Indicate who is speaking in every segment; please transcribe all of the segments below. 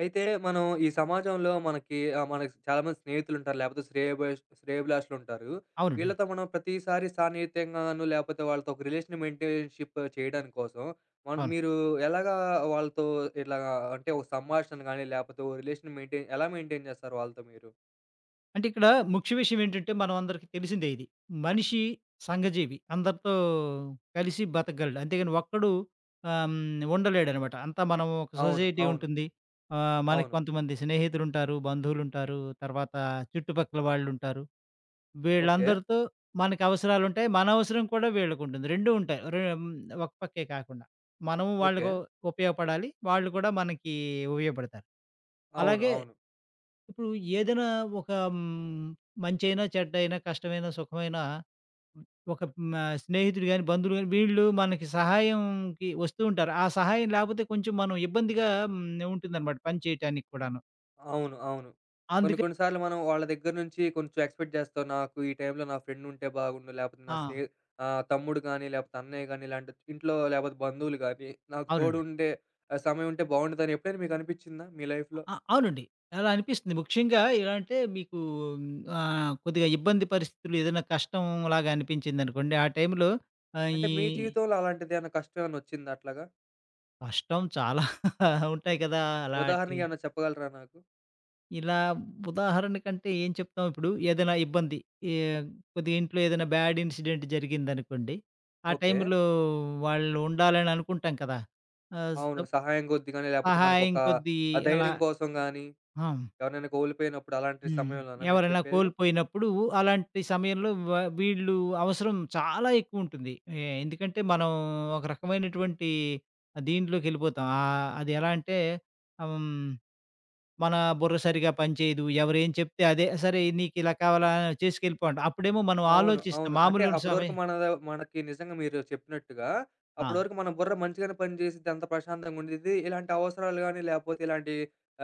Speaker 1: అయితే మనం ఈ సమాజంలో మనకి మనకి చాలామంది స్నేహితులుంటారు. లేపోతే శ్రేయోభిలాషులుంటారు.
Speaker 2: అవునండి.
Speaker 1: వీళ్ళతో మనం ప్రతిసారి సాన్నిహిత్యంగాను లేపోతే వాళ్ళతో ఒక రిలేషన్ మెయింటైన్‌షిప్ చేయడం కోసం మనం
Speaker 2: అవును.
Speaker 1: మీరు ఎలాగా వాళ్ళతో ఇలాగా అంటే ఒక సంభాషణ గాని లేపోతే ఓ రిలేషన్ మెయింటైన్ ఎలా మెయింటైన్ చేస్తారు వాళ్ళతో మీరు?
Speaker 2: అంటే ఇక్కడ ముఖ్య విషయం ఏంటంటే, మనం అందరికి తెలిసిందే ఇది. మనిషి సంఘజీవి. అందరితో కలిసి బతకగలడు. అంతేగాని ఒక్కడు ఉండలేడనమాట. అంతా మనం ఒక
Speaker 1: అవును,
Speaker 2: సొసైటీ
Speaker 1: అవును.
Speaker 2: ఉంటుంది. మనకి
Speaker 1: అవును.
Speaker 2: కొంతమంది స్నేహితులుంటారు, బంధువులుంటారు, తర్వాత చుట్టుపక్కల వాళ్ళుంటారు.
Speaker 1: ఓకే.
Speaker 2: వీళ్ళందరితో మనకు అవసరాలుంటాయి. మన అవసరం కూడా వీళ్ళకుంటుంది. 2 ఉంటాయి. ఒక పక్కే కాకుండా. మనము
Speaker 1: ఓకే.
Speaker 2: వాళ్ళకు ఉపయోగపడాలి. వాళ్ళు కూడా మనకి ఉపయోగపడతారు.
Speaker 1: అవును.
Speaker 2: అలాగే
Speaker 1: అవును.
Speaker 2: ఇప్పుడు ఏదైనా ఒక మంచైనా, చెడ్డైనా, కష్టమైనా, సుఖమైనా ఒక స్నేహితుడు గాని, బంధువులు గాని వీళ్ళు మనకి సహాయంకి వస్తూ ఉంటారు. ఆ సహాయం లేకపోతే కొంచెం మనం ఇబ్బందిగా హ్మ్, ఉంటుందనమాట పని చేయటానికి కూడాను.
Speaker 1: అవును. అవును. కొన్ని
Speaker 2: అందుకే
Speaker 1: కొన్ని సార్లు మనం వాళ్ళ దగ్గర నుంచి కొంచెం ఎక్స్‌పెక్ట్ చేస్తాం. నాకు ఈ టైంలో నా ఫ్రెండ్ ఉంటే బాగుండు. లేపోతే నా
Speaker 2: ఆ!
Speaker 1: తమ్ముడు గానీ, లేపోతే అన్నయ్య గానీ, ఇలాంటి ఇంట్లో లేపోతే బంధువులు గానీ, నాకు
Speaker 2: అవునండి.
Speaker 1: తోడుండే సమయం ఉంటే బాగుండేదని ఎప్పుడైనా మీకనిపిచ్చిందా మీ లైఫ్‌లో?
Speaker 2: అ! అవునండి. అలా అనిపిస్తుంది. ముఖ్యంగా ఎలా అంటే మీకు కొద్దిగా ఇబ్బంది పరిస్థితులు ఏదైనా కష్టంలాగా అనిపించిందనుకోండి, ఆ టైంలో ఆహ్,
Speaker 1: అంటే
Speaker 2: ఈ
Speaker 1: మీ జీవితంలో అలాంటిదేమన్నా కష్టం ఏమన్నా వచ్చిందా అట్లాగా?
Speaker 2: కష్టం చాలా ఉంటాయి కదా! అలాంటి
Speaker 1: ఉదాహరణకి ఏమన్నా చెప్పగలరా నాకు?
Speaker 2: ఇలా ఉదాహరణకంటే ఏం చెప్తాం ఇప్పుడు ఏదైనా ఇబ్బంది ఏ కొద్దిగా ఇంట్లో ఏదైనా బ్యాడ్ ఇన్సిడెంట్ జరిగిందనుకోండి. ఆ
Speaker 1: ఓకే.
Speaker 2: టైంలో వాళ్ళు ఉండాలని అనుకుంటాం కదా! ఆహ్,
Speaker 1: అవును.
Speaker 2: స
Speaker 1: సహాయం కొద్ది గానీ, లేపోతే మనకొక
Speaker 2: సహాయం కొద్దీ
Speaker 1: ఆ
Speaker 2: అలా
Speaker 1: ధైర్యం కోసం గానీ,
Speaker 2: ఆ!
Speaker 1: ఎవరినైనా కోల్పోయినప్పుడు అలాంటి
Speaker 2: హ్మ్.
Speaker 1: సమయంలోనా మీరు
Speaker 2: ఎవరైనా
Speaker 1: చెప్పేది?
Speaker 2: కోల్పోయినప్పుడు అలాంటి సమయంలో వీళ్ళు అవసరం చాలా ఎక్కువుంటుంది. ఎందుకంటే మనం ఒక రకమైనటువంటి దీంట్లోకెళ్ళిపోతాం. అది ఎలా అంటే హ్మ్. మన బుర్ర సరిగా పనిచేయదు. ఎవరేం చెప్తే అదే సరే నీకిలా కావాలా చేసుకెళ్ళిపో అంటాం. అప్పుడేమో మనం
Speaker 1: అవును,
Speaker 2: ఆలోచిస్తాం.
Speaker 1: అవును. అంటే
Speaker 2: మామూలు
Speaker 1: అప్పటివరకు
Speaker 2: సమయం
Speaker 1: మనకి నిజంగా మీరు చెప్పినట్టుగా,
Speaker 2: ఆ!
Speaker 1: అప్పటివరకు మన బుర్ర మంచిగానే పనిచేసిద్ది. అంత ప్రశాంతంగా ఉండిద్ది. ఇలాంటి అవసరాలు గాని, లేపోతే ఇలాంటి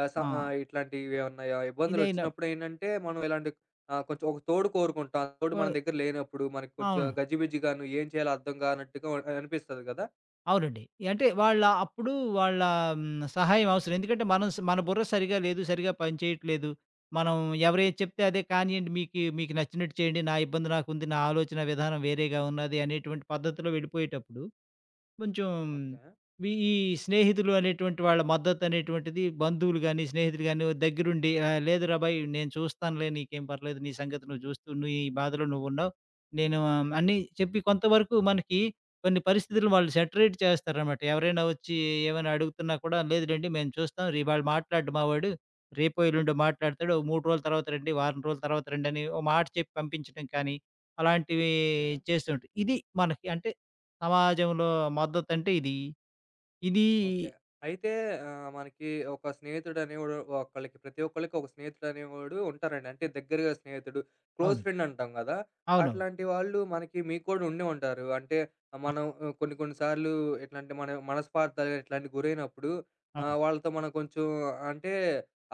Speaker 2: ఆ!
Speaker 1: ఇట్లాంటివేమన్నా
Speaker 2: ఇదైనా
Speaker 1: ఇబ్బందులొచ్చినప్పుడు ఏంటంటే, మనం ఇలాంటి కొంచెం ఒక తోడు కోరుకుంటాం. ఆ తోడు
Speaker 2: పో
Speaker 1: మన దగ్గర లేనప్పుడు, మనకి కొంచెం
Speaker 2: అవును.
Speaker 1: గజిబిజిగాను, ఏం చేయాలో అర్థం కానట్టుగా అనిపిస్తది కదా!
Speaker 2: అవునండి. అంటే వాళ్ళ అప్పుడు వాళ్ళ సహాయం అవసరం. ఎందుకంటే మనం స్ మన బుర్ర సరిగా లేదు. సరిగా పనిచేయట్లేదు. మనం ఎవరేం చెప్తే అదే కానియండి మీకు మీకు నచ్చినట్టు చేయండి. నా ఇబ్బంది నాకుంది. నా ఆలోచన విధానం వేరేగా ఉన్నది అనేటువంటి పద్ధతిలో వెళ్ళిపోయేటప్పుడు కొంచెం
Speaker 1: ఓకే.
Speaker 2: ఈ స్నేహితులు అనేటువంటి వాళ్ళ మద్దతనేటువంటిది బంధువులు గానీ, స్నేహితులు గానీ దగ్గరుండి "లేదురా భాయ్ నేను చూస్తానులే నీకేం పర్లేదు. నీ సంగతి నువ్వు చూస్తూ నీ బాధలో నువ్వున్నావు. నేను" అని చెప్పి కొంతవరకు మనకి కొన్ని పరిస్థితులు వాళ్ళు సెటరేట్ చేస్తారనమాట. ఎవరైనా వచ్చి ఏమైనా అడుగుతున్నా కూడా, "లేదు లెండి మేము చూస్తాం. ఇవాళ మాట్లాడు మావాడు. రేపో, ఎల్లుండో మాట్లాడతాడు. ఓ 3 రోజుల తర్వాత రండి, వారం రోజుల తర్వాత రండి" అని ఓ మాట చెప్పి పంపించడం కానీ, అలాంటివి
Speaker 1: ఓకే.
Speaker 2: చేస్తూ ఉంటాయి. ఇది మనకి అంటే సమాజంలో మద్దతంటే ఇది. ఇదీ
Speaker 1: ఓకే. అయితే మనకి ఒక స్నేహితుడనేవాడు ఒకళ్ళకి ప్రతి ఒక్కళ్ళకి ఒక స్నేహితుడనేవాడు ఉంటారండి. అంటే దగ్గరగా స్నేహితుడు, క్లోజ్
Speaker 2: అవును.
Speaker 1: ఫ్రెండ్ అంటాం గదా!
Speaker 2: అవునవును.
Speaker 1: అట్లాంటి వాళ్ళు మీకు కూడా ఉండే ఉంటారు. అంటే
Speaker 2: అవ్
Speaker 1: మనం కొన్ని కొన్ని సార్లు ఎట్లాంటి మన మనస్పార్థాలు ఇట్లాంటివి గురైనప్పుడు
Speaker 2: అవును.
Speaker 1: వాళ్ళతో మనం కొంచెం అంటే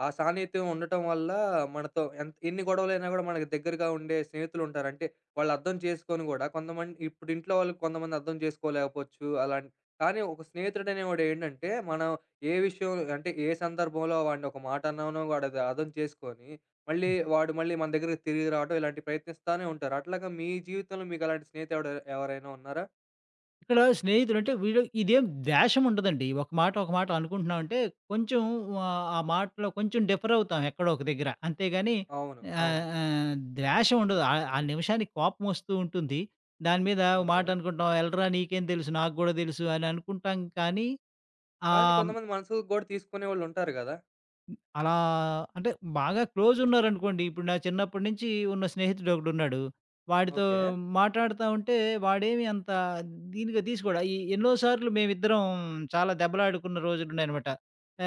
Speaker 1: ఆ సాన్నిహిత్యం ఉండటం వల్ల మనతో ఎన్ని గొడవలైనా గూడా మనకి దగ్గరగా ఉండే స్నేహితులుంటారు. అంటే వాళ్ళు అర్థం చేసుకొని గూడా కొంతమంది ఇప్పుడు ఇంట్లో వాళ్ళు కొంతమంది అర్థం చేసుకోలేకపోవచ్చు. అలాంటి కానీ ఒక స్నేహితుడనేవాడేంటంటే, మనం ఏ విషయం అంటే, ఏ సందర్భంలో వాడిని ఒక మాట అన్నామనో వాడది అర్థం చేసుకొని,
Speaker 2: హ్మ్.
Speaker 1: మళ్ళీ మన దగ్గరకి తిరిగి రావడం ఇలాంటివి ప్రయత్నిస్తానే ఉంటారు. అట్లాగా మీ జీవితంలో మీకలాంటి స్నేహితుడు ఎవరైనా ఉన్నారా?
Speaker 2: ఇక్కడ స్నేహితులంటే వీళ్ళు ఇదేం ద్వేషముండదండి. ఒక మాట, ఒక మాట అనుకుంటున్నామంటే కొంచెం ఆ మాటలో కొంచెం డిఫర్ అవుతాం ఎక్కడో ఒక దగ్గర. అంతేగాని
Speaker 1: అవును,
Speaker 2: ఆహ్,
Speaker 1: అవును.
Speaker 2: ఆహ్, ద్వేషం ఉండదు. ఆ ఆ నిమిషానికి కోపమొస్తూ ఉంటుంది. దాని మీద ఓ
Speaker 1: ఓకే.
Speaker 2: మాటనుకుంటాం. "ఎళ్ళరా నీకేం తెలుసు నాకు గూడా తెలుసు" అని అనుకుంటాం కానీ
Speaker 1: కానీ
Speaker 2: ఆహ్
Speaker 1: కొంతమంది మనసుకు గూడా తీసుకునేవాళ్ళుంటారు గదా!
Speaker 2: హ్మ్. అలా అంటే బాగా క్లోజ్ ఉన్నారనుకోండి. ఇప్పుడు నా చిన్నప్పటి నుంచి ఉన్న స్నేహితుడొకడున్నాడు. వాడితో
Speaker 1: ఓకే.
Speaker 2: మాట్లాడుతా ఉంటే వాడేమి అంత దీనిగా తీసుకోడు. ఈ ఎన్నో సార్లు మేమిద్దరం చాలా దెబ్బలాడుకున్న రోజులున్నాయనమాట.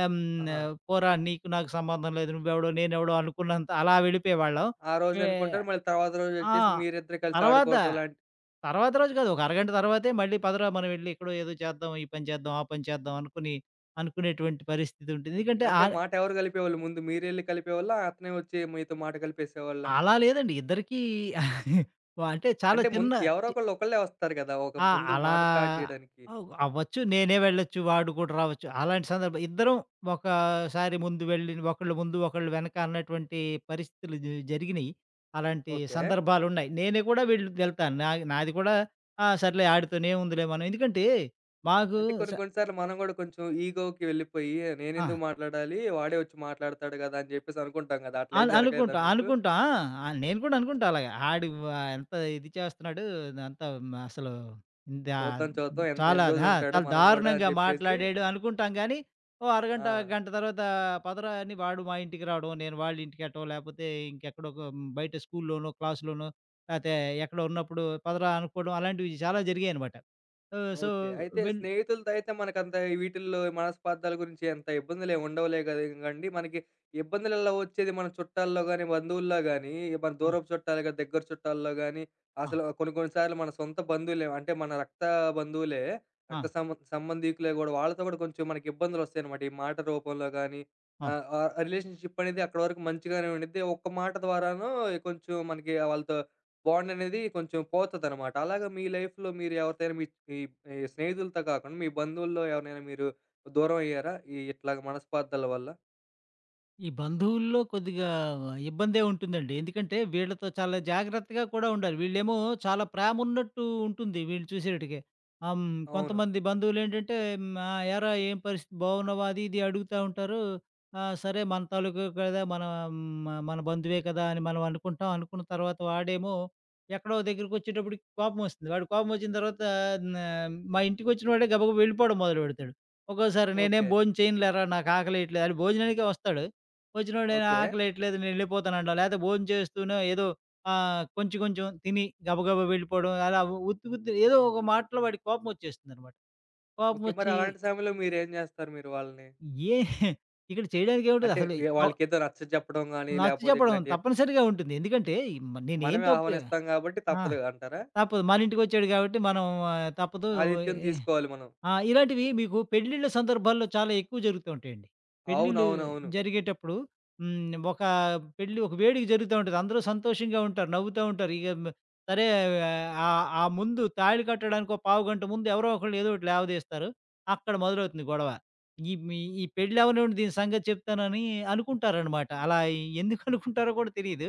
Speaker 2: ఆహ్, హ్మ్.
Speaker 1: ఆహా!
Speaker 2: పోరా నీకు నాకు సంబంధం లేదు. నువ్వెవడో నేనెవడో అనుకున్నంత అలా వెళ్ళిపోయేవాళ్ళం.
Speaker 1: ఆ
Speaker 2: ఏ
Speaker 1: రోజనుకుంటారు. మళ్ళీ తర్వాత
Speaker 2: ఆ!
Speaker 1: రోజొచ్చేసి మీరిద్దరు కలిసి
Speaker 2: తర్వాత,
Speaker 1: ఆడుకోవటం లాంటి
Speaker 2: తర్వాత రోజు కాదు. ఒక అరగంట తర్వాతే మళ్ళీ పదరా మనం వెళ్లి ఎక్కడో ఏదో చేద్దాం. ఈ పని చేద్దాం, ఆ పని చేద్దాం అనుకుని అనుకునేటువంటి పరిస్థితి ఉంటుంది.
Speaker 1: ఓకే.
Speaker 2: ఎందుకంటే ఆ
Speaker 1: అంటే మాట ఎవరు కలిపేవాళ్ళు ముందు? మీరెళ్లి కలిపేవాళ్ళా? అతనే వచ్చి మీతో మాట కలిపేసేవాళ్ళా?
Speaker 2: అలా లేదండి. ఇద్దరికీ వ అంటే చాలా
Speaker 1: అంటే ముందు
Speaker 2: చిన్న
Speaker 1: ఎవరో
Speaker 2: చి
Speaker 1: ఒకళ్ళు ఒకళ్ళే వస్తారు గదా! ఒక
Speaker 2: ఆ!
Speaker 1: ముందు
Speaker 2: అలా
Speaker 1: మాట స్టార్ట్ జేయడానికి.
Speaker 2: అవ్వచ్చు. నేనే వెళ్ళొచ్చు, వాడు కూడా రావచ్చు. అలాంటి సందర్భం ఇద్దరం ఒకసారి ముందు వెళ్ళి, ఒకళ్ళు ముందు, ఒకళ్ళు వెనక అన్నటువంటి పరిస్థితులు జరిగినియి. అలాంటి
Speaker 1: ఓకే.
Speaker 2: సందర్భాలున్నాయి. నేనే కూడా వెళ్తాను. నాది కూడా ఆ! సర్లే ఆడితోనే ఏముందిలే మనం ఎందుకంటే మాకు
Speaker 1: అంటే కొన్ని
Speaker 2: స
Speaker 1: కొన్ని సార్లు మనం గూడా కొంచెం ఈగోకి వెళ్ళిపోయి
Speaker 2: ఆ!
Speaker 1: నేనెందుకు మాట్లాడాలి? వాడే వచ్చి మాట్లాడతాడు గదా! అని జెప్పేసి అనుకుంటాం గదా! అట్లేం జరగలేదా
Speaker 2: అనుకుంటా.
Speaker 1: మీకు?
Speaker 2: అనుకుంటా. ఆ! ఆ, నేను కూడా అనుకుంటా అలాగ. ఆడు వ ఎంత ఇది చేస్తున్నాడు. అంతా మ అసలు దా
Speaker 1: చూద్దాం చూద్దాం
Speaker 2: చాలా
Speaker 1: ఎన్ని
Speaker 2: ఆ!
Speaker 1: రోజులుంటాడో
Speaker 2: చాలా
Speaker 1: మనం గూడా అని
Speaker 2: దారుణంగా
Speaker 1: జెప్పేసి.
Speaker 2: మాట్లాడాడు అనుకుంటాం గానీ, ఓ అరగంట,
Speaker 1: ఆ!
Speaker 2: గంట తర్వాత పదరా అని వాడు మా ఇంటికి రావడం, నేను వాళ్ళ ఇంటికెళ్ళటం, లేపోతే ఇంకెక్కడో ఒక బయట స్కూల్లోనో, క్లాస్‌లోనో లేతే ఎక్కడో ఉన్నప్పుడు పదరా అనుకోవడం అలాంటివి చాలా జరిగాయనమాట. ఆహ్, సో
Speaker 1: ఓకే. అయితే
Speaker 2: వెళ్
Speaker 1: స్నేహితులతో అయితే మనకంత ఈ వీటిల్లో మనస్పార్థాల గురించి అంత ఇబ్బందులేమి ఉండవులే గండి. మనకి ఇబ్బందులలా వచ్చేది మన చుట్టాల్లో గానీ, బంధువుల్లో గానీ, మన
Speaker 2: ఆ!
Speaker 1: దూరపు చుట్టాలు గాని, దగ్గర చుట్టాల్లో గానీ,
Speaker 2: ఆ!
Speaker 1: అసలు కొన్ని కొన్ని సార్లు మన సొంత బంధువులే అంటే మన రక్త బంధువులే,
Speaker 2: ఆ!
Speaker 1: రక్త సంబంధీకులే గూడా వాళ్ళతో గూడా కొంచెం మనకి ఇబ్బందులొస్తాయనమాట. ఈ మాట రూపంలో గానీ,
Speaker 2: అవును.
Speaker 1: ఆహ్, ఆ రిలేషన్‌షిప్ అనేది అక్కడి వరకు మంచిగానే ఉండిద్ది. ఒక్క మాట ద్వారానో కొంచెం మనకి వాళ్ళతో బాండ్ అనేది కొంచెం పోతదనమాట. అలాగా మీ లైఫ్‌లో మీరు ఎవరితోనైనా మీ ఈ ఈ స్నేహితులతో కాకుండా మీ బంధువుల్లో ఎవరినైనా మీరు దూరం అయ్యారా? ఈ ఇట్లాగ మనస్పార్థాల వల్ల?
Speaker 2: ఈ బంధువుల్లో కొద్దిగా ఇబ్బందే ఉంటుందండి. ఎందుకంటే వీళ్ళతో చాలా జాగ్రత్తగా కూడా ఉండాలి. వీళ్ళేమో చాలా ప్రేమ ఉన్నట్టు ఉంటుంది వీళ్ళు చూసేటికి. ఆహ్, హ్మ్.
Speaker 1: అవును.
Speaker 2: కొంతమంది బంధువులేంటంటే "ఏరా ఏం పరిస్థితి బాగున్నావా?" అది ఇది అడుగుతా ఉంటారు. ఆ! సరే మన తాలూకా కదా! మన మ మన బంధువే కదా! అని మనం అనుకుంటాం. అనుకున్న తర్వాత వాడేమో ఎక్కడో దగ్గరికొచ్చేటప్పటికి కోపమొస్తుంది. వాడు కోపమొచ్చిన తర్వాత న మా ఇంటికొచ్చిన వాడే గబగబా వెళ్ళిపోవడం మొదలుపెడతాడు. ఒక్కోసారి నేనేం
Speaker 1: ఓకే.
Speaker 2: భోజనం చేయనులేరా నాకు ఆకలేయట్లేదు అని భోజనానికే వస్తాడు. వచ్చినోడైనా
Speaker 1: ఓకే.
Speaker 2: ఆకలేయట్లేదు నేనెళ్ళిపోతానంటాం. లేతే భోంచేస్తూనో ఏదో కొంచెం కొంచెం తిని గబగబా వెళ్ళిపోవడం. అలా ఉత్తి ఉత్తి ఏదో ఒక మాటలో వాడికి కోపమొచ్చేస్తుందనమాట.
Speaker 1: ఓకే. మరి
Speaker 2: కోపమొచ్చి
Speaker 1: అలాంటి సమయంలో మీరేం జేస్తారు మీరు వాళ్ళని?
Speaker 2: ఏ ఇక్కడ చేయడానికేముంటది
Speaker 1: అంటే
Speaker 2: అసలు ఆహ్,
Speaker 1: వాళ్ళకేదో నచ్చచెప్పడం గాని, లేపోతే
Speaker 2: నచ్చచెప్పడం
Speaker 1: ఇట్లాంటియి
Speaker 2: తప్పనిసరిగా ఉంటుంది. ఎందుకంటే ఈ మ నేనేం
Speaker 1: మనమే
Speaker 2: తప్పు
Speaker 1: ఆహ్వానిస్తాం గాబట్టి
Speaker 2: ఆ!
Speaker 1: తప్పదు అంటారా?
Speaker 2: తప్పదు. మనింటికొచ్చాడు గాబట్టి మనం తప్పదు.
Speaker 1: ఆతిథ్యం
Speaker 2: ఎ
Speaker 1: తీసుకోవాలి మనం.
Speaker 2: ఆ! ఇలాంటివి మీకు పెళ్ళిళ్ళ సందర్భాల్లో చాలా ఎక్కువ జరుగుతూ ఉంటాయండి. పెళ్ళిళ్ళు
Speaker 1: అవునవునవును.
Speaker 2: జరిగేటప్పుడు హ్మ్. ఒక పెళ్లి ఒక వేడుక జరుగుతా ఉంటది. అందరూ సంతోషంగా ఉంటారు. నవ్వుతా ఉంటారు. ఇక మ సరే ఆ ముందు తాళి కట్టడానికి ఒక పావుగంట ముందు ఎవరో ఒకళ్ళు ఏదో ఒకటి లేవదీస్తారు. అక్కడ మొదలవుతుంది గొడవ. ఈ మీ ఈ పెళ్ళవ్వనివ్వండి దీని సంగతి చెప్తానని అనుకుంటారనమాట. అలా ఎందుకు అనుకుంటారో కూడా తెలీదు.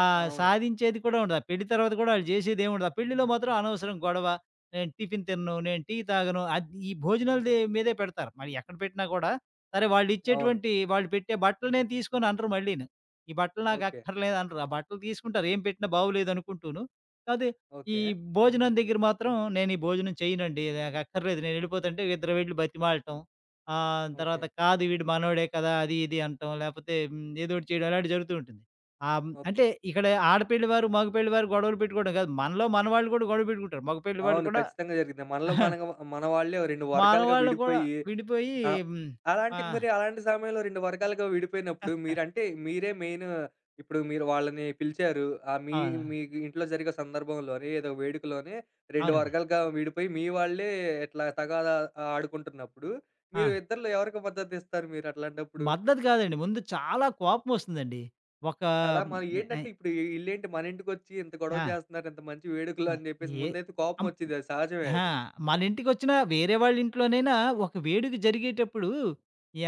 Speaker 2: ఆ
Speaker 1: అవును, అవును.
Speaker 2: సాధించేది కూడా ఉండదు. ఆ పెళ్లి తర్వాత కూడా ఆళ్ళు చేసేదేముండదు. ఆ పెళ్లిలో మాత్రం అనవసరం గొడవ. నేను టిఫిన్ తినను, నేను టీ తాగను. అది ఈ భోజనాలది మీదే పెడతారు. మరి ఎక్కడ పెట్టినా కూడా సరే
Speaker 1: అవును, అవును,
Speaker 2: వాళ్ళిచ్చేటువంటి వాళ్ళు పెట్టే బట్టలు నేను తీసుకోను అనరు మళ్ళీను. ఈ బట్టలు
Speaker 1: ఓకే.
Speaker 2: నాకక్కర్లేదు అనరు. ఆ బట్టలు తీసుకుంటారు ఏం పెట్టినా బాగోలేదనుకుంటూను. కాతే ఈ
Speaker 1: ఓకే.
Speaker 2: భోజనం దగ్గర మాత్రం నేను ఈ భోజనం చేయనండి. నాకక్కర్లేదు నేనెళ్ళిపోతుంటే ఇద్దరు వెళ్లి బతిమాలటం.
Speaker 1: ఓకే.
Speaker 2: తర్వాత కాదు వీడు మనోడే కదా! అది ఇది అనటం. లేపోతే ఏదోకటి చేయడం అలాంటివి జరుగుతూ ఉంటుంది.
Speaker 1: ఓకే.
Speaker 2: అంటే ఇక్కడ ఆడపెళ్లి వారు, మగ పెళ్లి వారు గొడవలు పెట్టుకోవడం కాదు. మనలో మనవాళ్ళు కూడా గొడవ పెట్టుకుంటారు. మగ పెళ్లి వాళ్ళు
Speaker 1: అవును.
Speaker 2: కూడా
Speaker 1: ఖచ్చితంగా జరిగిద్ది. మనలో
Speaker 2: అహా!
Speaker 1: మనగ మన వాళ్ళే 2 వర్గాలుగా
Speaker 2: మనవాళ్ళు కూడా
Speaker 1: విడిపోయి
Speaker 2: విడిపోయి
Speaker 1: ఆహ్,
Speaker 2: హ్మ్. ఆ!
Speaker 1: అలాంటి మరి అలాంటి సమయంలో 2 వర్గాలుగా విడిపోయినప్పుడు మీరంటే మీరే మెయిన్ ఇప్పుడు మీరు వాళ్ళని పిలిచారు. ఆహ్, మీ
Speaker 2: అవును.
Speaker 1: మీ ఇంట్లో జరిగే సందర్భంలోనే ఏదో వేడుకలోనే 2
Speaker 2: అవునండి.
Speaker 1: వర్గాలుగా విడిపోయి మీ వాళ్ళే ఇట్లా తగాదా ఆడుకుంటున్నప్పుడు
Speaker 2: ఆ!
Speaker 1: మీరు ఇద్దరిలో ఎవరికి మద్దతిస్తారు మీరు అట్లాంటప్పుడు?
Speaker 2: మద్దతు కాదండి. ముందు చాలా కోపమొస్తుందండి. ఒక
Speaker 1: కదా! మనం
Speaker 2: హ్మ్.
Speaker 1: ఏంటంటే
Speaker 2: ఆహ్,
Speaker 1: ఇప్పుడు ఈ ఈళ్ళేంటి మన ఇంటికొచ్చి ఇంత గొడవ
Speaker 2: ఆ!
Speaker 1: చేస్తున్నారు. ఇంత మంచి వేడుకలు
Speaker 2: ఆ!
Speaker 1: అని చెప్పేసి
Speaker 2: ఏ
Speaker 1: ముందైతే
Speaker 2: అం
Speaker 1: కోపమొచ్చిద్ది అది సహజమే
Speaker 2: ఆ!
Speaker 1: అది.
Speaker 2: మన ఇంటికొచ్చినా, వేరే వాళ్ళ ఇంట్లోనైనా ఒక వేడుక జరిగేటప్పుడు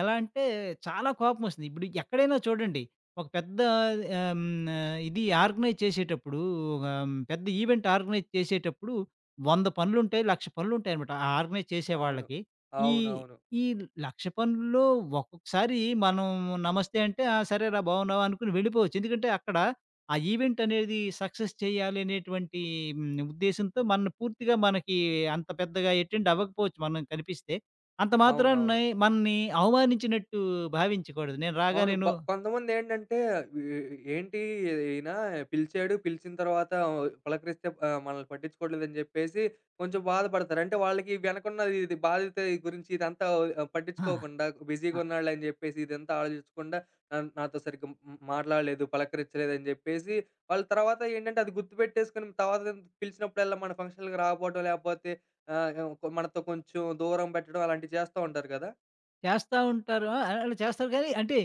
Speaker 2: ఎలా అంటే చాలా కోపమొస్తుంది. ఇప్పుడు ఎక్కడైనా చూడండి ఒక పెద్ద ఇది ఆర్గనైజ్ చేసేటప్పుడు ఒక పెద్ద ఈవెంట్ ఆర్గనైజ్ చేసేటప్పుడు 100 పనులుంటాయి, 1,00,000 పనులుంటాయనమాట. ఆ ఆర్గనైజ్ చేసే
Speaker 1: అవును.
Speaker 2: వాళ్ళకి. ఈ
Speaker 1: అవునవును.
Speaker 2: ఈ 1,00,000 పనుల్లో ఒక్కొక్కసారి మనం నమస్తే అంటే, "ఆ! సరేరా బాగున్నావా" అనుకుని వెళ్ళిపోవచ్చు. ఎందుకంటే అక్కడ ఆ ఈవెంట్ అనేది సక్సెస్ చేయాలి అనేటువంటి ఉద్దేశంతో మనం పూర్తిగా మనకి అంత పెద్దగా అటెండ్ అవ్వకపోవచ్చు మనం కనిపిస్తే. అంత
Speaker 1: అవునవును.
Speaker 2: మాత్రాన్ని మనని అవమానించినట్టు భావించకూడదు. నేను రాగా
Speaker 1: అవును.
Speaker 2: నేను
Speaker 1: కొంతమందేంటంటే వీ ఏంటి ఈయన పిలిచాడు, పిలిచిన తర్వాత పలకరిస్తే మనల్ని పట్టించుకోవట్లేదని జెప్పేసి కొంచెం బాధపడతారు. అంటే వాళ్ళకి వెనకున్నది ఇది బాధ్యత ఈ గురించి ఇదంతా
Speaker 2: ఆ!
Speaker 1: పట్టించుకోకుండా
Speaker 2: ఆ!
Speaker 1: బిజీగా ఉన్నాడులెని జెప్పేసి ఇదంతా ఆలోచించకుండా నాతో సరిగ్గా మాట్లాడలేదు, పలకరించలేదని జెప్పేసి వాళ్ళు తర్వాత ఏంటంటే అది గుర్తుపెట్టేసుకొని తర్వాత పిలిచినప్పుడల్లా మన ఫంక్షన్‌లకి రాకపోవడం లేకపోతే ఆహ్, మనతో కొంచెం దూరం పెట్టడం అలాంటివి చేస్తా ఉంటారు గదా!
Speaker 2: చేస్తా ఉంటారు. ఆ! అలా చేస్తారు కానీ అంటే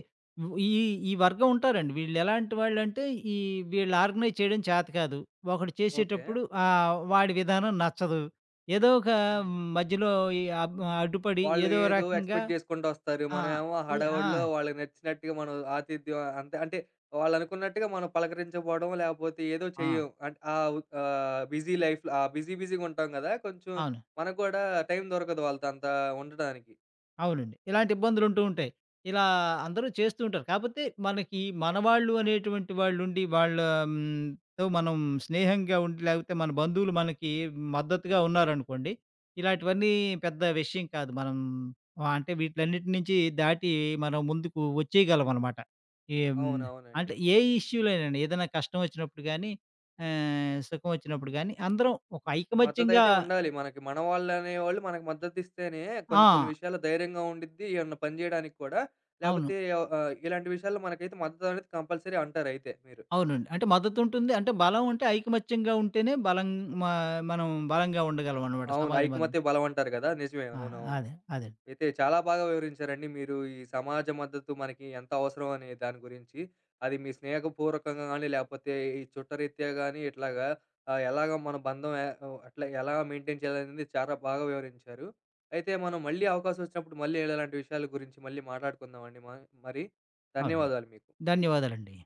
Speaker 2: వ్ ఈ ఈ వర్గం ఉంటారండి. వీళ్ళెలాంటి వాళ్ళంటే ఈ వీళ్ళు ఆర్గనైజ్ చేయడం చేత కాదు. ఒకడు
Speaker 1: ఓకే.
Speaker 2: చేసేటప్పుడు వాడి విధానం నచ్చదు. ఏదో ఒక
Speaker 1: హ్మ్.
Speaker 2: మధ్యలో ఈ అబ్ అడ్డుపడి
Speaker 1: వాళ్ళు
Speaker 2: ఏదో
Speaker 1: ఏదో
Speaker 2: రకంగా
Speaker 1: ఎక్స్‌పెక్ట్ జేసుకుంటొస్తారు.
Speaker 2: ఆ!
Speaker 1: మనమేమో
Speaker 2: ఈ ఆ!
Speaker 1: హడావుడిలో వాళ్ళకి నచ్చినట్టుగా మనం ఆతిథ్యం అంతే అంటే వాళ్ళనుకున్నట్టుగా మనం పలకరించపోవడం, లేపోతే ఏదో
Speaker 2: ఆ!
Speaker 1: చెయ్యం. అంటే బిజీ లైఫ్‌లో ఆ బిజీ బిజీగుంటాం గదా! కొంచెం
Speaker 2: అవును.
Speaker 1: మనకు గూడా టైం దొరకదు వాళ్ళతో అంత ఉండడానికి.
Speaker 2: అవునండి. ఇలాంటి ఇబ్బందులుంటూ ఉంటాయి. ఇలా అందరూ చేస్తూ ఉంటారు. కాపోతే మనకి మనవాళ్ళు అనేటువంటి వాళ్ళుండి వాళ్ళ హ్మ్, తో మనం స్నేహంగా ఉండి లేకపోతే మన బంధువులు మనకి మద్దతుగా ఉన్నారనుకోండి. ఇలాంటివన్నీ పెద్ద విషయం కాదు. మనం అంటే వీటిలన్నిటి నుంచి దాటి మనం ముందుకు వచ్చేయగలమనమాట. ఏం
Speaker 1: అవునవునండి.
Speaker 2: అంటే ఏ ఇష్యూ‌లోనండి ఏదైనా కష్టం వచ్చినప్పుడు గానీ సుఖం వచ్చినప్పుడు గానీ అందరం ఒక ఐకమత్యంగా
Speaker 1: మద్దతయితే ఉండాలి. మనకి మన వాళ్ళనేవాళ్ళు మనకు మద్దతిస్తేనే కొన్ని కొన్ని
Speaker 2: ఆ!
Speaker 1: విషయాల్లో ధైర్యంగా ఉండిద్ది. ఏమన్నా పని జేయడానికి కూడా.
Speaker 2: అవును.
Speaker 1: లేపోతే ఆహ్, ఆహ్, ఇలాంటి విషయాల్లో మనకైతే మద్దతనేది కంపల్సరీ అంటారయితే మీరు.
Speaker 2: అవునండి. అంటే మద్దతుంటుంది. అంటే బలం ఉంటే ఐకమత్యంగా ఉంటేనే బలం మ మనం బలంగా ఉండగలం అనమాట
Speaker 1: అవును.
Speaker 2: సమాజం మధ్య.
Speaker 1: ఐకమత్య బలమంటారు గదా! నిజమే.
Speaker 2: ఆ!
Speaker 1: అవునవును.
Speaker 2: అదే. అదే.
Speaker 1: అయితే చాలా బాగా వివరించారండి మీరు ఈ సమాజ మద్దతు మనకి ఎంత అవసరం అనే దాని గురించి. అది మీ స్నేహపూర్వకంగా గానీ, లేపోతే ఈ చుట్టరీత్యా గానీ ఇట్లాగా ఎలాగా మన బంధం అట్లా ఎలా మెయింటైన్ చేయాలనేది చాలా బాగా వివరించారు. అయితే మనం మళ్ళీ అవకాశం వచ్చినప్పుడు మళ్ళీ ఇలాంటి విషయాల గురించి మళ్ళీ మాట్లాడుకుందామండి మరి.
Speaker 2: అవునండి.
Speaker 1: ధన్యవాదాలు మీకు.
Speaker 2: ధన్యవాదాలండి.